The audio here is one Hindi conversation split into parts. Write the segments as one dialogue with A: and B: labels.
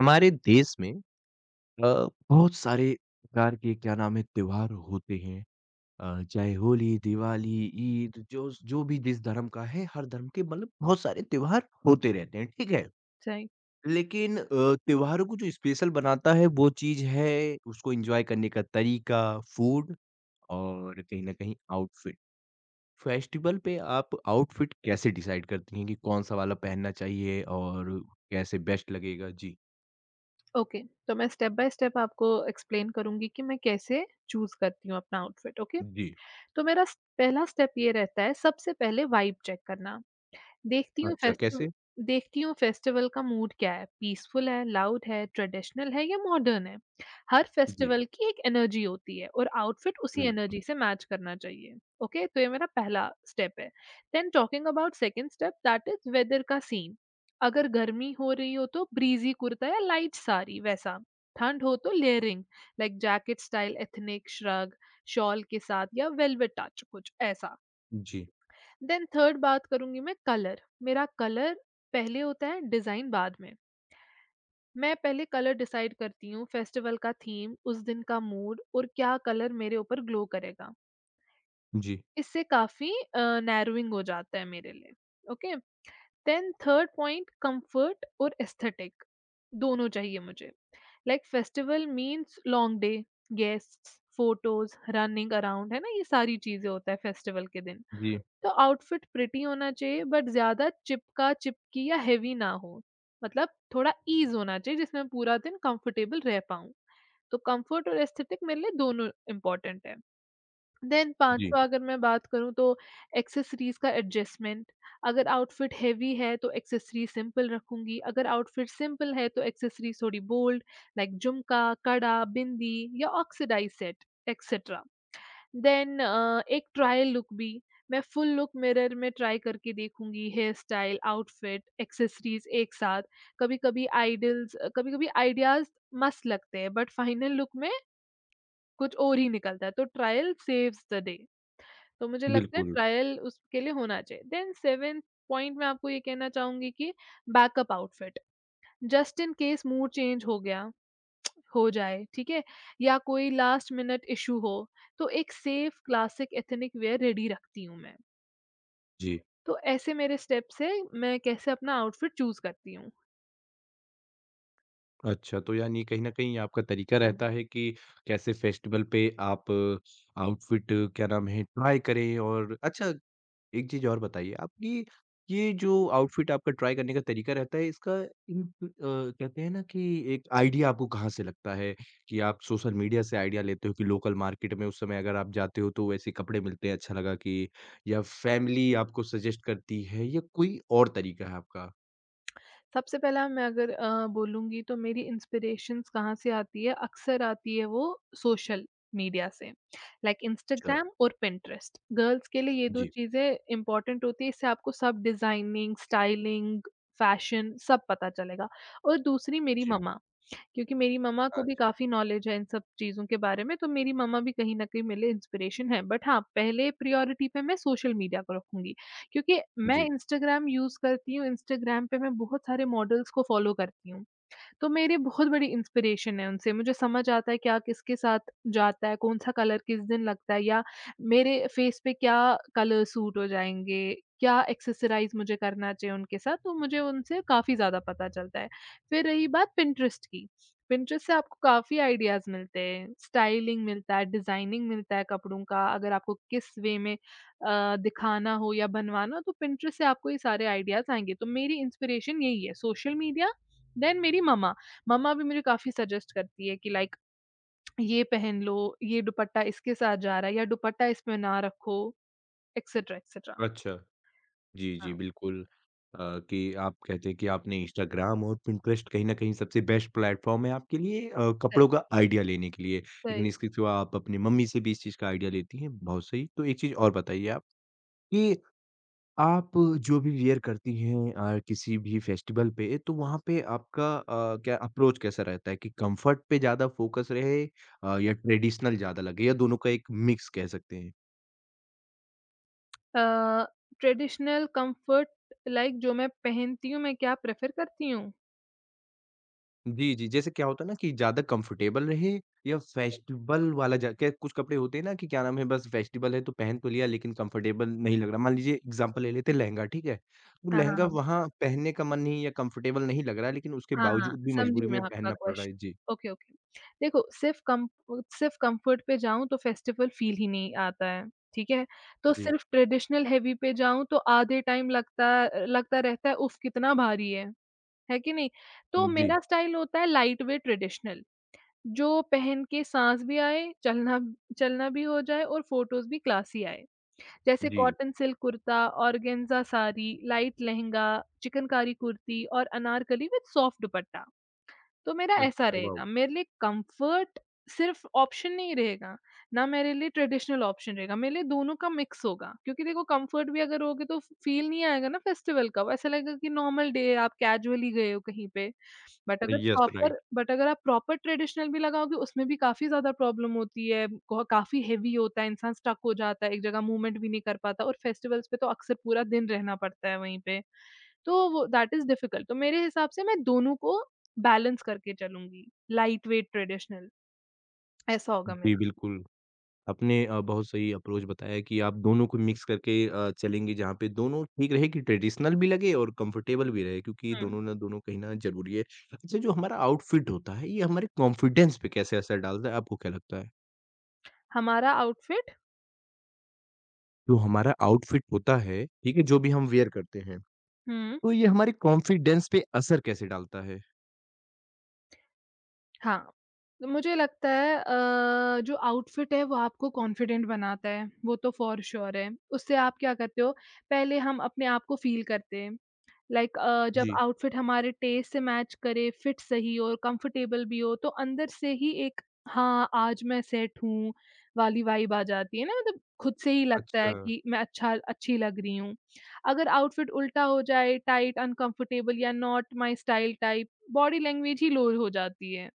A: हमारे देश में बहुत सारे प्रकार के क्या नाम है त्योहार होते हैं, चाहे होली, दिवाली, ईद, जो जो भी जिस धर्म का है, हर धर्म के मतलब बहुत सारे त्योहार होते रहते हैं, ठीक है।
B: सही।
A: लेकिन त्योहारों को जो स्पेशल बनाता है वो चीज है उसको एंजॉय करने का तरीका, फूड और कहीं ना कहीं आउटफिट। फेस्टिवल पे आप आउटफिट कैसे डिसाइड करती हैं कि कौन सा वाला पहनना चाहिए और कैसे बेस्ट लगेगा जी?
B: ओके, तो मैं स्टेप बाय स्टेप आपको एक्सप्लेन करूँगी कि मैं कैसे चूज़ करती हूँ अपना आउटफिट, ओके?
A: जी।
B: तो मेरा स पहला स्टेप ये रहता है सबसे पहले वाइब चेक करना। देखती हूँ
A: अच्छा,
B: फेस्टिव
A: कैसे?
B: देखती हूँ फेस्टिवल का मूड क्या है, पीसफुल है, लाउड है, ट्रेडिशनल है या मॉडर्न है। हर
A: जी,
B: फेस्टिवल की एक एनर्जी होती है और आउटफिट उसी
A: बिल्कुल।
B: एनर्जी से मैच करना चाहिए। ओके, तो ये मेरा पहला स्टेप है। Then talking about second step that is weather का सीन। अगर गर्मी हो रही हो तो ब्रीज़ी कुर्ता या लाइट साड़ी वैसा। ठंड हो तो layering like jacket style ethnic shrug, shawl के साथ या वेलवेट टच कुछ ऐसा।
A: जी,
B: देन थर्ड बात करूँगी मैं कलर। मेरा कलर पहले होता है, डिज़ाइन बाद में। मैं पहले कलर डिसाइड करती हूँ, फेस्टिवल का थीम, उस दिन का मूड और क्या कलर मेरे ऊपर ग्लो करेगा।
A: जी,
B: इससे काफ़ी नैरोइंग हो जाता है मेरे लिए, okay. Then third point comfort और एस्थेटिक दोनों चाहिए मुझे। Like festival means long day, guests, photos, running around है ना? ये सारी चीज़ें होता है फेस्टिवल के दिन।
A: जी,
B: तो आउटफिट प्रिटी होना चाहिए बट ज़्यादा चिपका-चिपकी या हेवी ना हो। मतलब थोड़ा ईज़ होना चाहिए जिसमें मैं पूरा दिन कंफर्टेबल रह पाऊँ। तो कम्फर्ट और एस्थेटिक मेरे लिए दोनों इम्पोर्टेंट है। देन
A: जी,
B: 5वाँ अगर मैं बात करूँ तो एक्सेसरीज़ का एडजस्टमेंट। अगर आउटफिट हेवी है तो एक्सेसरीज़ सिंपल रखूँगी, अगर आउटफिट सिंपल है तो एक्सेसरीज़ थोड़ी बोल्ड लाइक झुमका, कड़ा, बिंदी या ऑक्सीडाइज़ सेट एक्सेट्रा। देन एक ट्रायल लुक भी मैं फुल लुक मिरर में ट्राई करके देखूंगी, हेयर स्टाइल आउटफिट एक्सेसरीज एक साथ। कभी कभी आइडल्स कभी कभी आइडियाज मस्त लगते हैं बट फाइनल लुक में कुछ और ही निकलता है, तो ट्रायल सेव्स द डे। तो मुझे लगता है
A: बिल्कुल,
B: बिल्कुल ट्रायल उसके लिए होना चाहिए। देन सेवेंथ पॉइंट मैं आपको ये कहना चाहूंगी कि backup outfit just in case mood change हो गया हो जाए, ठीक है? या कोई लास्ट मिनट इश्यू हो, तो एक safe classic ethnic wear ready रखती हूँ मैं।
A: जी।
B: तो ऐसे मेरे स्टेप्स हैं, मैं कैसे अपना आउटफिट चूज़ करती हूँ।
A: अच्छा, तो यानी कहीं न कहीं आपका तरीका रहता है कि कैसे फेस्टिवल पे आप आउटफिट क्या नाम है, ट्राई करें। और अच्छा, एक चीज़ और बताइए, आपकी ये जो आउटफिट आपका ट्राई करने का तरीका रहता है, इसका इन कहते हैं ना कि एक आइडिया आपको कहाँ से लगता है? कि आप सोशल मीडिया से आइडिया लेते हो कि लोकल मार्केट में उस समय अगर आप जाते हो, तो वैसे कपड़े मिलते हैं, अच्छा लगा कि, या फैमिली आपको सजेस्ट करती है, या कोई और तरीका है आपका?
B: सबसे पहला मैं अगर बोलूँगी तो मेरी इंस्पिरेशंस कहाँ से आती है, अक्सर आती है वो सोशल मीडिया से, लाइक
A: अच्छा,
B: इंस्टाग्राम और पिंटरेस्ट। गर्ल्स के लिए ये 2
A: जी,
B: जी। चीज़ें इम्पोर्टेंट होती हैं, इससे आपको सब डिज़ाइनिंग, स्टाइलिंग, फैशन सब पता चलेगा। और दूसरी मेरी
A: जी।
B: मम्मा। क्योंकि मेरी मम्मा को भी अच्छा।
A: अच्छा,
B: काफ़ी नॉलेज है इन सब चीज़ों के बारे में, तो मेरी मम्मा भी कहीं न कहीं मेरे लिए इंस्पिरेशन है। बट हाँ, पहले प्रायोरिटी पे मैं सोशल मीडिया को रखूँगी, क्योंकि मैं
A: जी,
B: इंस्टाग्राम यूज़ करती हूँ, इंस्टाग्राम पे मैं बहुत सारे मॉडल्स को फ़ॉलो करती हूँ। तो मेरी बहुत बड़ी इंस्पिरेशन है उनसे। मुझे समझ आता है क्या किसके साथ जाता है, कौन-सा कलर किस दिन लगता है या मेरे फेस पे क्या कलर सूट हो जाएँगे, क्या एक्सेसराइज़ मुझे करना चाहिए उनके साथ, तो मुझे उनसे काफ़ी ज़्यादा पता चलता है। फिर रही बात पिंटरेस्ट की, पिंटरेस्ट से आपको काफ़ी आइडियाज़ मिलते हैं, स्टाइलिंग मिलता है, डिज़ाइनिंग मिलता है कपड़ों का, अगर आपको किस वे में दिखाना हो या बनवाना हो तो पिंटरेस्ट से आपको ये सारे आइडियाज़ आएँगे। तो मेरी इंस्पिरेशन यही है, सोशल मीडिया। देन मेरी मम्मा, मम्मा भी मुझे काफ़ी सजेस्ट करती है कि लाइक ये पहन लो, ये दुपट्टा इसके साथ जा रहा है या दुपट्टा इसमें ना रखो एक्सेट्रा, एक्सेट्रा।
A: अच्छा। जी, जी,
B: हाँ,
A: बिल्कुल। अ, कि आप कहते हैं कि आपने इंस्टाग्राम और पिंटरेस्ट कहीं न कहीं सबसे बेस्ट प्लेटफ़ॉर्म है आपके लिए कपड़ों
B: सही,
A: का आइडिया लेने के लिए। लेकिन
B: सही।
A: इसके सिवा आप अपनी मम्मी से भी इस चीज़ का आइडिया लेती हैं, बहुत सही। तो एक चीज़ और बताइए आप कि आप जो भी वियर करती हैं किसी भी फेस्टिवल पे, तो वहाँ पे आपका क्या अप्रोच कैसा रहता है कि कम्फ़र्ट पे ज़्यादा फ़ोकस रहे, या ट्रेडिशनल ज़्यादा लगे, या दोनों का एक मिक्स कह सकते हैं?
B: अ, ट्रेडिशनल कम्फर्ट लाइक जो मैं पहनती हूँ, मैं क्या प्रेफ़र करती हूँ?
A: जी, जी। जैसे क्या होता है ना कि ज़्यादा कंफर्टेबल रहे या फेस्टिवल वाला जा क्या कुछ कपड़े होते हैं ना कि क्या नाम है, बस फेस्टिवल है तो पहन तो लिया लेकिन कंफर्टेबल नहीं लग रहा। मान लीजिए एग्ज़ाम्पल ले लेते हैं लहंगा, ठीक है? वो
B: हाँ, हाँ,
A: लहंगा
B: हाँ।
A: वहाँ पहनने का मन नहीं या कंफर्टेबल नहीं लग रहा है, लेकिन उसके
B: हाँ, हाँ,
A: बावजूद भी
B: समझी
A: मजबूरी
B: मैं
A: में
B: आपका
A: पहनना पड़ रहा है। जी,
B: क्वेश्चन। Okay, okay. देखो सिर्फ़ कम्फ़र्ट पे जाऊँ तो फेस्टिवल फ़ील ही नहीं आता है, ठीक है? तो
A: जी,
B: सिर्फ़ ट्रेडिशनल हेवी पे जाऊँ तो आधे टाइम लगता लगता रहता है, उफ़! कितना भारी है कि नहीं? तो
A: जी,
B: मेरा स्टाइल होता है लाइट वेट ट्रेडिशनल, जो पहन के साँस भी आए, चलना चलना भी हो जाए और फ़ोटोज़ भी क्लासी आए। जैसे
A: जी।
B: Cotton silk kurta, organza sari, light lehenga, chikankari kurti और अनारकली विद सॉफ्ट दुपट्टा। तो मेरा ऐसा वाह!
A: अच्छा, वाओ!
B: रहेगा, मेरे लिए कम्फ़र्ट सिर्फ़ ऑप्शन नहीं रहेगा, ना मेरे लिए ट्रेडिशनल ऑप्शन रहेगा, मेरे लिए दोनों का मिक्स होगा। क्योंकि देखो कम्फ़र्ट भी अगर होगे तो फ़ील नहीं आएगा ना फेस्टिवल का, वो ऐसा लगेगा कि नॉर्मल डे है, आप कैजुअली गए हो कहीं पे।
A: Yes, right.
B: बट अगर आप प्रॉपर ट्रेडिशनल भी लगाओगे, उसमें भी काफ़ी ज़्यादा प्रॉब्लम होती है, क काफ़ी हेवी होता है, इंसान स्टक हो जाता है, एक जगह मूवमेंट भी नहीं कर पाता, और फेस्टिवल्स पे तो अक्सर पूरा दिन रहना पड़ता है वहीं पे। तो वो दैट इज़ डिफिकल्ट। तो मेरे हिसाब से मैं दोनों को बैलेंस करके चलूँगी, लाइट वेट ट्रेडिशनल ऐसा होगा
A: जी,
B: मेरा।
A: बिल्कुल। आपने बहुत सही अप्रोच बताया कि आप दोनों को मिक्स करके चलेंगे जहाँ पे दोनों ठीक रहे कि ट्रेडिशनल भी लगे और कंफर्टेबल भी रहे, क्योंकि
B: हुँ,
A: दोनों ना दोनों कहीं ना ज़रूरी है। अच्छा, जो हमारा आउटफिट होता है ये हमारे कॉन्फिडेंस पे कैसे असर डालता है, आपको क्या लगता है?
B: हमारा आउटफिट।
A: जो हमारा आउटफिट होता है, ठीक है, जो भी हम वियर करते हैं,
B: हुँ,
A: तो ये हमारे कॉन्फिडेंस पे असर कैसे डालता है?
B: हाँ। तो मुझे लगता है जो आउटफिट है वो आपको कॉन्फिडेंट बनाता है, वो तो फ़ॉर श्योर है। उससे आप क्या करते हो, पहले हम अपने आप को फ़ील करते हैं। लाइक जब
A: जी।
B: आउटफिट हमारे टेस्ट से मैच करे, फिट सही हो और कंफर्टेबल भी हो, तो अंदर से ही एक हाँ, आज मैं सेट हूँ वाली वाइब आ जाती है ना, मतलब खुद से ही लगता है
A: अच्छा,
B: अच्छा। कि मैं अच्छी लग रही हूँ। अगर आउटफिट उल्टा हो जाए, टाइट, अनकंफर्टेबल या not my style type, body language ही लो हो जाती है।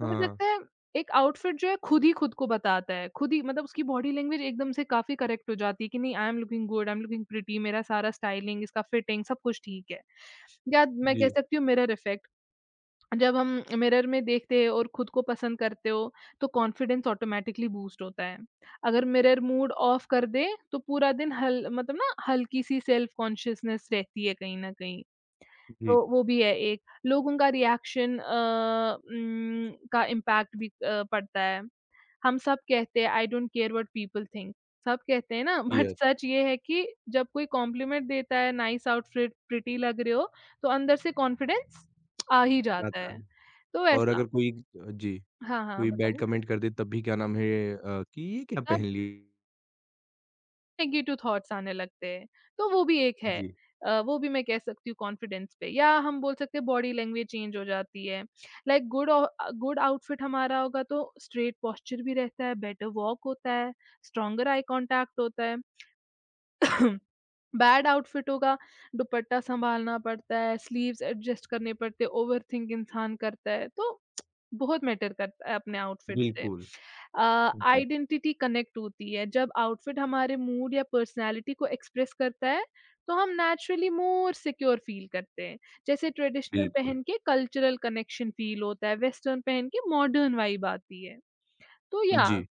B: तो मुझे
A: हाँ।
B: लगता है एक आउटफिट जो है खुद ही खुद को बताता है। खुद ही मतलब उसकी बॉडी लैंग्वेज एकदम से काफ़ी करेक्ट हो जाती है कि नहीं I am looking good, I am looking pretty, मेरा सारा स्टाइलिंग, इसका फिटिंग सब कुछ ठीक है। या मैं कह
A: जी,
B: सकती हूँ मिरर इफ़ेक्ट। जब हम मिरर में देखते हो और खुद को पसंद करते हो तो कॉन्फिडेंस ऑटोमैटिकली बूस्ट होता है। अगर मिरर मूड ऑफ कर दे तो पूरा दिन हल मतलब ना हल्की-सी सेल्फ कॉन्शियसनेस रहती है कहीं न कहीं।
A: जी,
B: तो वो भी है एक। लोगों का रिएक्शन का इम्पैक्ट भी पड़ता है। हम सब कहते हैं I don't care what people think. सब कहते हैं ना बट
A: यस,
B: हुँ। सच ये है कि जब कोई कॉम्प्लीमेंट देता है नाइस आउटफिट, प्रिटी लग रहे हो, तो अंदर से कॉन्फिडेंस आ ही जाता हाँ।
A: आता
B: है।
A: है।
B: तो
A: और
B: ऐसा।
A: अगर कोई जी,
B: हाँ, हाँ,
A: कोई बैड
B: बताइए।
A: कमेंट कर दे तब भी क्या नाम है, कि ये क्या पहन ली?
B: नेगेटिव थॉट्स आने लगते हैं, तो वो भी एक है।
A: जी,
B: वो भी मैं कह सकती हूँ कॉन्फिडेंस पे या हम बोल सकते हैं बॉडी लैंग्वेज चेंज हो जाती है। लाइक गुड आउटफिट हमारा होगा तो स्ट्रेट पोस्चर भी रहता है, बेटर वॉक होता है, स्ट्रॉन्गर आई कॉन्टैक्ट होता है। बैड आउटफिट होगा, दुपट्टा सँभालना पड़ता है, स्लीव्स एडजस्ट करने पड़ते हैं, ओवरथिंक इंसान करता है, तो बहुत मैटर करता है अपने आउटफिट से।
A: बिल्कुल। जी,
B: आइडेंटिटी कनेक्ट होती है, जब आउटफिट हमारे मूड या पर्सनालिटी को एक्सप्रेस करता है तो हम नेचुरली मोर सिक्योर फील करते हैं, जैसे ट्रेडिशनल
A: बिल्कुल।
B: पहन के कल्चरल कनेक्शन फील होता है, वेस्टर्न पहन के मॉडर्न वाइब आती है। तो या
A: जी।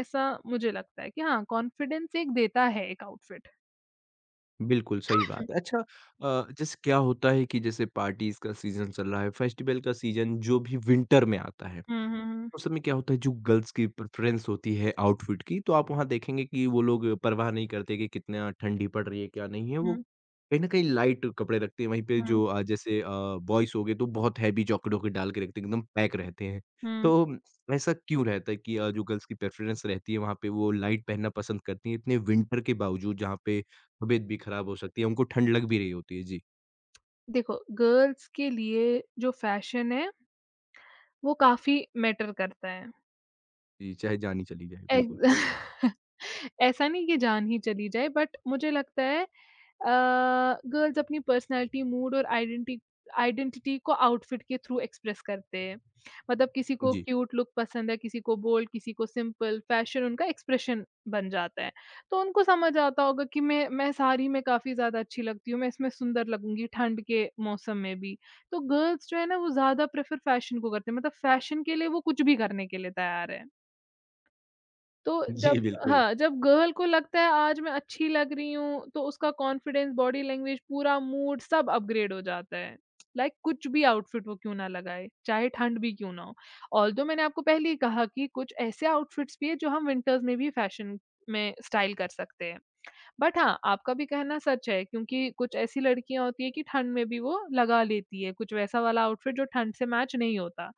B: ऐसा मुझे लगता है कि हाँ कॉन्फिडेंस एक देता है एक आउटफिट।
A: बिल्कुल, सही बात है। अच्छा, जैसे क्या होता है कि जैसे पार्टीज़ का सीज़न चल रहा है, फेस्टिवल का सीज़न जो भी विंटर में आता है,
B: हम्म हम्म
A: उस समय क्या होता है, जो गर्ल्स की प्रेफ़रेंस होती है आउटफिट की, तो आप वहाँ देखेंगे कि वो लोग परवाह नहीं करते कि कितना ठंडी पड़ रही है, क्या नहीं है। वो
B: हम्म
A: कहीं न कहीं लाइट कपड़े रखते हैं, वहीं पे
B: हम्म
A: जो जैसे बॉयज़ हो गए तो बहुत हैवी जैकेट-वॉकेट डाल के रखते हैं, एकदम पैक रहते हैं।
B: हम्म।
A: तो ऐसा क्यों रहता है कि जो गर्ल्स की प्रेफ़रेंस रहती है, वहाँ पे वो लाइट पहनना पसंद करती हैं, इतने विंटर के बावजूद, जहाँ पे तबीयत भी खराब हो सकती है, उनको ठंड लग भी रही होती है। जी,
B: देखो गर्ल्स के लिए जो फैशन है वो काफी मैटर करता है।
A: जी, चाहे जान ही चली जाए, बिल्कुल।
B: एग ऐसा नहीं कि जान ही चली जाए बट मुझे लगता है अ, गर्ल्स अपनी पर्सनैलिटी, मूड और आइडेंटिटी को आउटफिट के थ्रू एक्सप्रेस करते हैं। मतलब किसी को
A: जी,
B: क्यूट लुक पसंद है, किसी को बोल्ड, किसी को सिंपल, फैशन उनका एक्सप्रेशन बन जाता है। तो उनको समझ आता होगा कि मैं साड़ी में काफ़ी ज़्यादा अच्छी लगती हूँ, मैं इसमें सुंदर लगूँगी ठंड के मौसम में भी। तो गर्ल्स जो है ना वो ज़्यादा प्रेफ़र फैशन को करते हैं, मतलब फैशन के लिए वो कुछ भी करने के लिए तैयार है। तो
A: जी,
B: जब
A: बिल्कुल।
B: हाँ, जब गर्ल को लगता है आज मैं अच्छी लग रही हूँ, तो उसका कॉन्फिडेंस, बॉडी लैंग्वेज, पूरा मूड सब अपग्रेड हो जाता है। लाइक, कुछ भी आउटफिट वो क्यों ना लगाए, चाहे ठंड भी क्यों ना हो। ऑल्दो मैंने आपको पहले ही कहा कि कुछ ऐसे आउटफिट्स भी हैं जो हम विंटर्स में भी फैशन में स्टाइल कर सकते हैं। बट हाँ, आपका भी कहना सच है क्योंकि कुछ ऐसी लड़कियाँ होती हैं कि ठंड में भी वो लगा लेती है, कुछ वैसा वाला आउटफिट जो ठंड से मैच नहीं होता।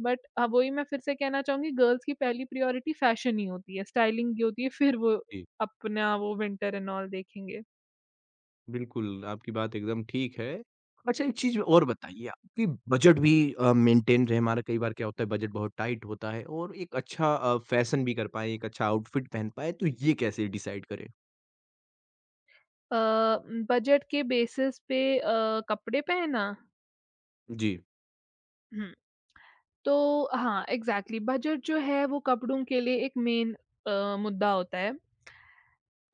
B: बट वही मैं फिर से कहना चाहूँगी गर्ल्स की पहली प्रायोरिटी फैशन ही होती है, स्टाइलिंग ही होती है, फिर वो
A: जी,
B: अपना वो विंटर एंड ऑल देखेंगे।
A: बिल्कुल, आपकी बात एकदम ठीक है। अच्छा, एक चीज़ और बताइए आप कि बजट भी मेंटेन रहे हमारा, कई बार क्या होता है बजट बहुत टाइट होता है और एक अच्छा फैशन भी कर पाएँ, एक अच्छा आउटफिट पहन पाएँ, तो ये कैसे डिसाइड करें?
B: अ, बजट के बेसिस पे कपड़े पहनना?
A: जी,
B: हुँ, तो हाँ, एग्ज़ैक्टली बजट जो है वो कपड़ों के लिए एक मेन मुद्दा होता है।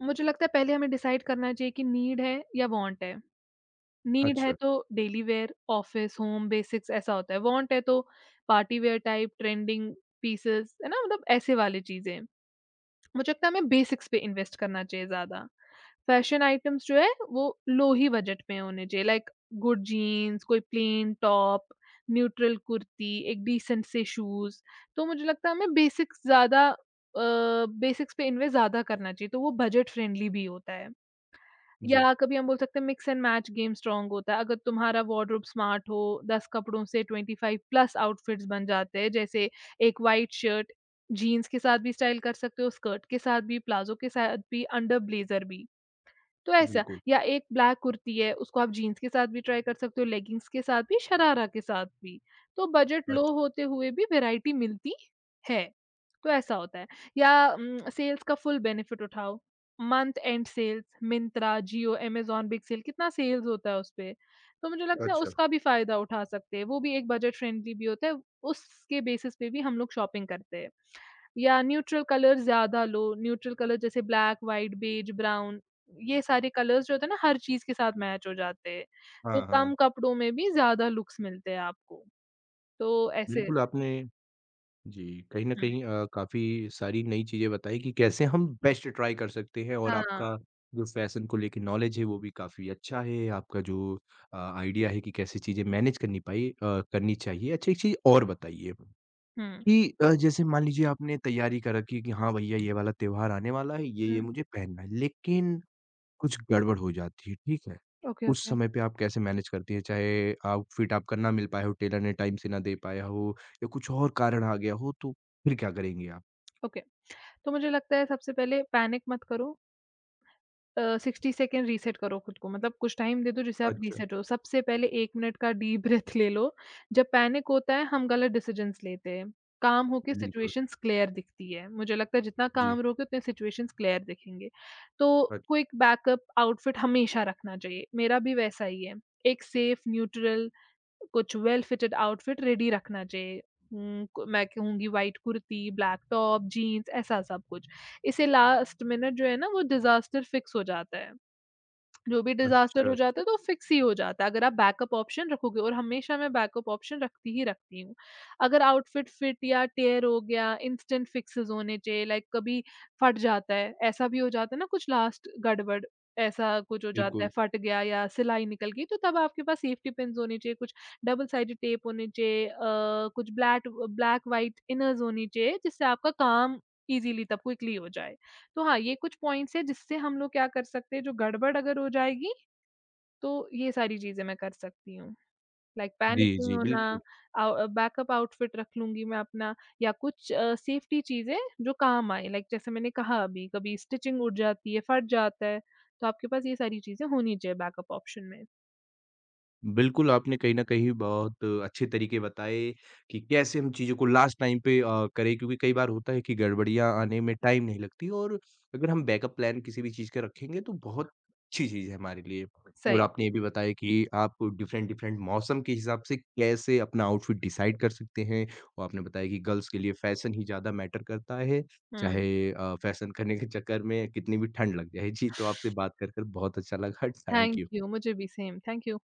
B: मुझे लगता है पहले हमें डिसाइड करना चाहिए कि नीड है या वांट है। नीड है
A: अच्छा।
B: तो daily wear, office, home, basics ऐसा होता है। वांट है तो party wear type, trending pieces, है ना? मतलब ऐसे वाली चीज़ें। मुझे लगता है हमें बेसिक्स पे इन्वेस्ट करना चाहिए ज़्यादा। फैशन आइटम्स जो है वो लो ही बजट में होने चाहिए लाइक गुड जीन्स, कोई प्लेन टॉप, न्यूट्रल कुर्ती, एक डिसेंट से शूज़। तो मुझे लगता है हमें अ, बेसिक्स पे इन्वेस्ट ज़्यादा करना चाहिए, तो वो बजट फ्रेंडली भी होता है।
A: जी,
B: या कभी हम बोल सकते हैं mix and match game strong होता है। अगर तुम्हारा वॉर्डरोब स्मार्ट हो 10 कपड़ों से 25 प्लस आउटफिट्स बन जाते हैं। जैसे एक व्हाइट शर्ट जीन्स के साथ भी स्टाइल कर सकते हो, स्कर्ट के साथ भी, प्लाज़ो के साथ भी, अंडर ब्लेज़र भी। तो ऐसा
A: बिल्कुल।
B: या एक ब्लैक कुर्ती है, उसको आप जीन्स के साथ भी ट्राई कर सकते हो, लेगिंग्स के साथ भी, शरारा के साथ भी। तो बजट लो
A: अच्छा,
B: होते हुए भी वैरायटी मिलती है। तो ऐसा होता है या सेल्स का फुल बेनिफिट उठाओ। Month end sales, Myntra, Jio, Amazon big sale कितना सेल्स होता है उसपे। तो मुझे लगता है बिल्कुल।
A: अच्छा।
B: उसका भी फ़ायदा उठा सकते हैं। वो भी एक बजट फ्रेंडली भी होता है, उसके बेसिस पे भी हम लोग शॉपिंग करते हैं। या न्यूट्रल कलर ज़्यादा लो, न्यूट्रल कलर जैसे ब्लैक, व्हाइट, बेज, ब्राउन ये सारे कलर्स जो होते हैं ना हर चीज़ के साथ मैच हो जाते हैं। तो हुँ।
A: हाँ,
B: कम
A: हाँ।
B: कपड़ों में भी ज़्यादा लुक्स मिलते हैं आपको। तो ऐसे
A: बिल्कुल, आपने जी, कहीं न कहीं
B: हुँ।
A: काफ़ी सारी नई चीज़ें बताई कि कैसे हम बेस्ट ट्राई कर सकते हैं, और
B: हुँ, हाँ,
A: आपका जो फ़ैशन को लेके नॉलेज है वो भी काफ़ी अच्छा है। आपका जो आइडिया है कि कैसे चीज़ें मैनेज करनी पाई करनी चाहिए। अच्छा, एक चीज़ और बताइए
B: हुँ,
A: कि जैसे मान लीजिए आपने तैयारी कर रखी है कि हाँ भैया ये वाला त्योहार आने वाला है, ये-ये
B: हुँ।
A: मुझे पहनना है। लेकिन कुछ गड़बड़ हो जाती है, ठीक है?
B: ओके,
A: उस
B: ओके,
A: समय पे आप कैसे मैनेज करती हैं? चाहे आउटफिट आपका ना मिल पाया हो, टेलर ने टाइम से ना दे पाया हो, या कुछ और कारण आ गया हो, तो फिर क्या करेंगी आप?
B: ओके। तो मुझे लगता है सबसे पहले पैनिक मत करो, 60 सेकंड रीसेट करो खुद को मतलब कुछ टाइम दे दो जिससे आप
A: अच्छा,
B: रीसेट हो। सबसे पहले 1 मिनट का डीप ब्रीथ ले लो। जब पैनिक होता है हम गलत डिसीजंस लेते हैं। काम होके
A: बिल्कुल।
B: सिचुएशंस क्लियर दिखती है। मुझे लगता है जितना
A: जी,
B: काम रहोगे उतने सिचुएशंस क्लियर दिखेंगे। तो
A: अच
B: क्विक बैकअप आउटफिट हमेशा रखना चाहिए। मेरा भी वैसा ही है। एक सेफ न्यूट्रल कुछ वेल फिटेड आउटफिट रेडी रखना चाहिए। हुँ, क मैं कहूँगी white kurti, black top, jeans ऐसा सब कुछ। इससे लास्ट मिनट जो है ना वो डिज़ास्टर फिक्स हो जाता है। जो भी
A: अच्छा,
B: डिज़ास्टर हो जाता
A: अच्छा।
B: है तो फिक्स ही हो जाता है अगर आप बैकअप ऑप्शन रखोगे, और हमेशा मैं बैकअप ऑप्शन रखती ही रखती हूँ। अगर आउटफिट फिट या टेयर हो गया, इंस्टेंट फिक्सेज़ होने चाहिए लाइक कभी फट जाता है, ऐसा भी हो जाता है ना कुछ लास्ट गड़बड़ ऐसा कुछ हो जाता है,
A: बिल्कुल।
B: फट गया या सिलाई निकल गई, तो तब आपके पास सेफ्टी पिन्स होने चाहिए, कुछ डबल साइडेड टेप होने चाहिए, कुछ ब्लैट ब्लैक व्हाइट इनर्स होनी चाहिए जिससे आपका काम ईज़िली तब क्विकली हो जाए। तो हाँ, ये कुछ पॉइंट्स हैं जिससे हम लोग क्या कर सकते हैं, जो गड़बड़ अगर हो जाएगी, तो ये सारी चीज़ें मैं कर सकती हूँ। लाइक
A: जी,
B: पैनिक नहीं
A: जी,
B: होना,
A: बिल्कुल।
B: बिल्कुल। बैकअप आउटफिट रख लूँगी मैं अपना या कुछ सेफ्टी चीज़ें जो काम आएँ। लाइक जैसे मैंने कहा अभी, कभी स्टिचिंग उड़ जाती है, फट जाता है, तो आपके पास ये सारी चीज़ें होनी चाहिए बैकअप ऑप्शन में।
A: बिल्कुल, आपने कहीं न कहीं बहुत अच्छे तरीके बताए कि कैसे हम चीज़ों को लास्ट टाइम पे करें, क्योंकि कई बार होता है कि गड़बड़ियाँ आने में टाइम नहीं लगती, और अगर हम बैकअप प्लान किसी भी चीज़ का रखेंगे तो बहुत अच्छी चीज़ है हमारे लिए। और
B: सही।
A: आपने ये भी बताया कि आप डिफरेंट डिफरेंट मौसम के हिसाब से कैसे अपना आउटफिट डिसाइड कर सकते हैं, और आपने बताया कि गर्ल्स के लिए फैशन ही ज़्यादा मैटर करता है, चाहे
B: हुँ,
A: फैशन करने के चक्कर में कितनी भी ठंड लग जाए। जी, तो आपसे बात कर बहुत अच्छा लगा। Thank
B: thank
A: you.
B: यू। मुझे भी सेम, थैंक यू।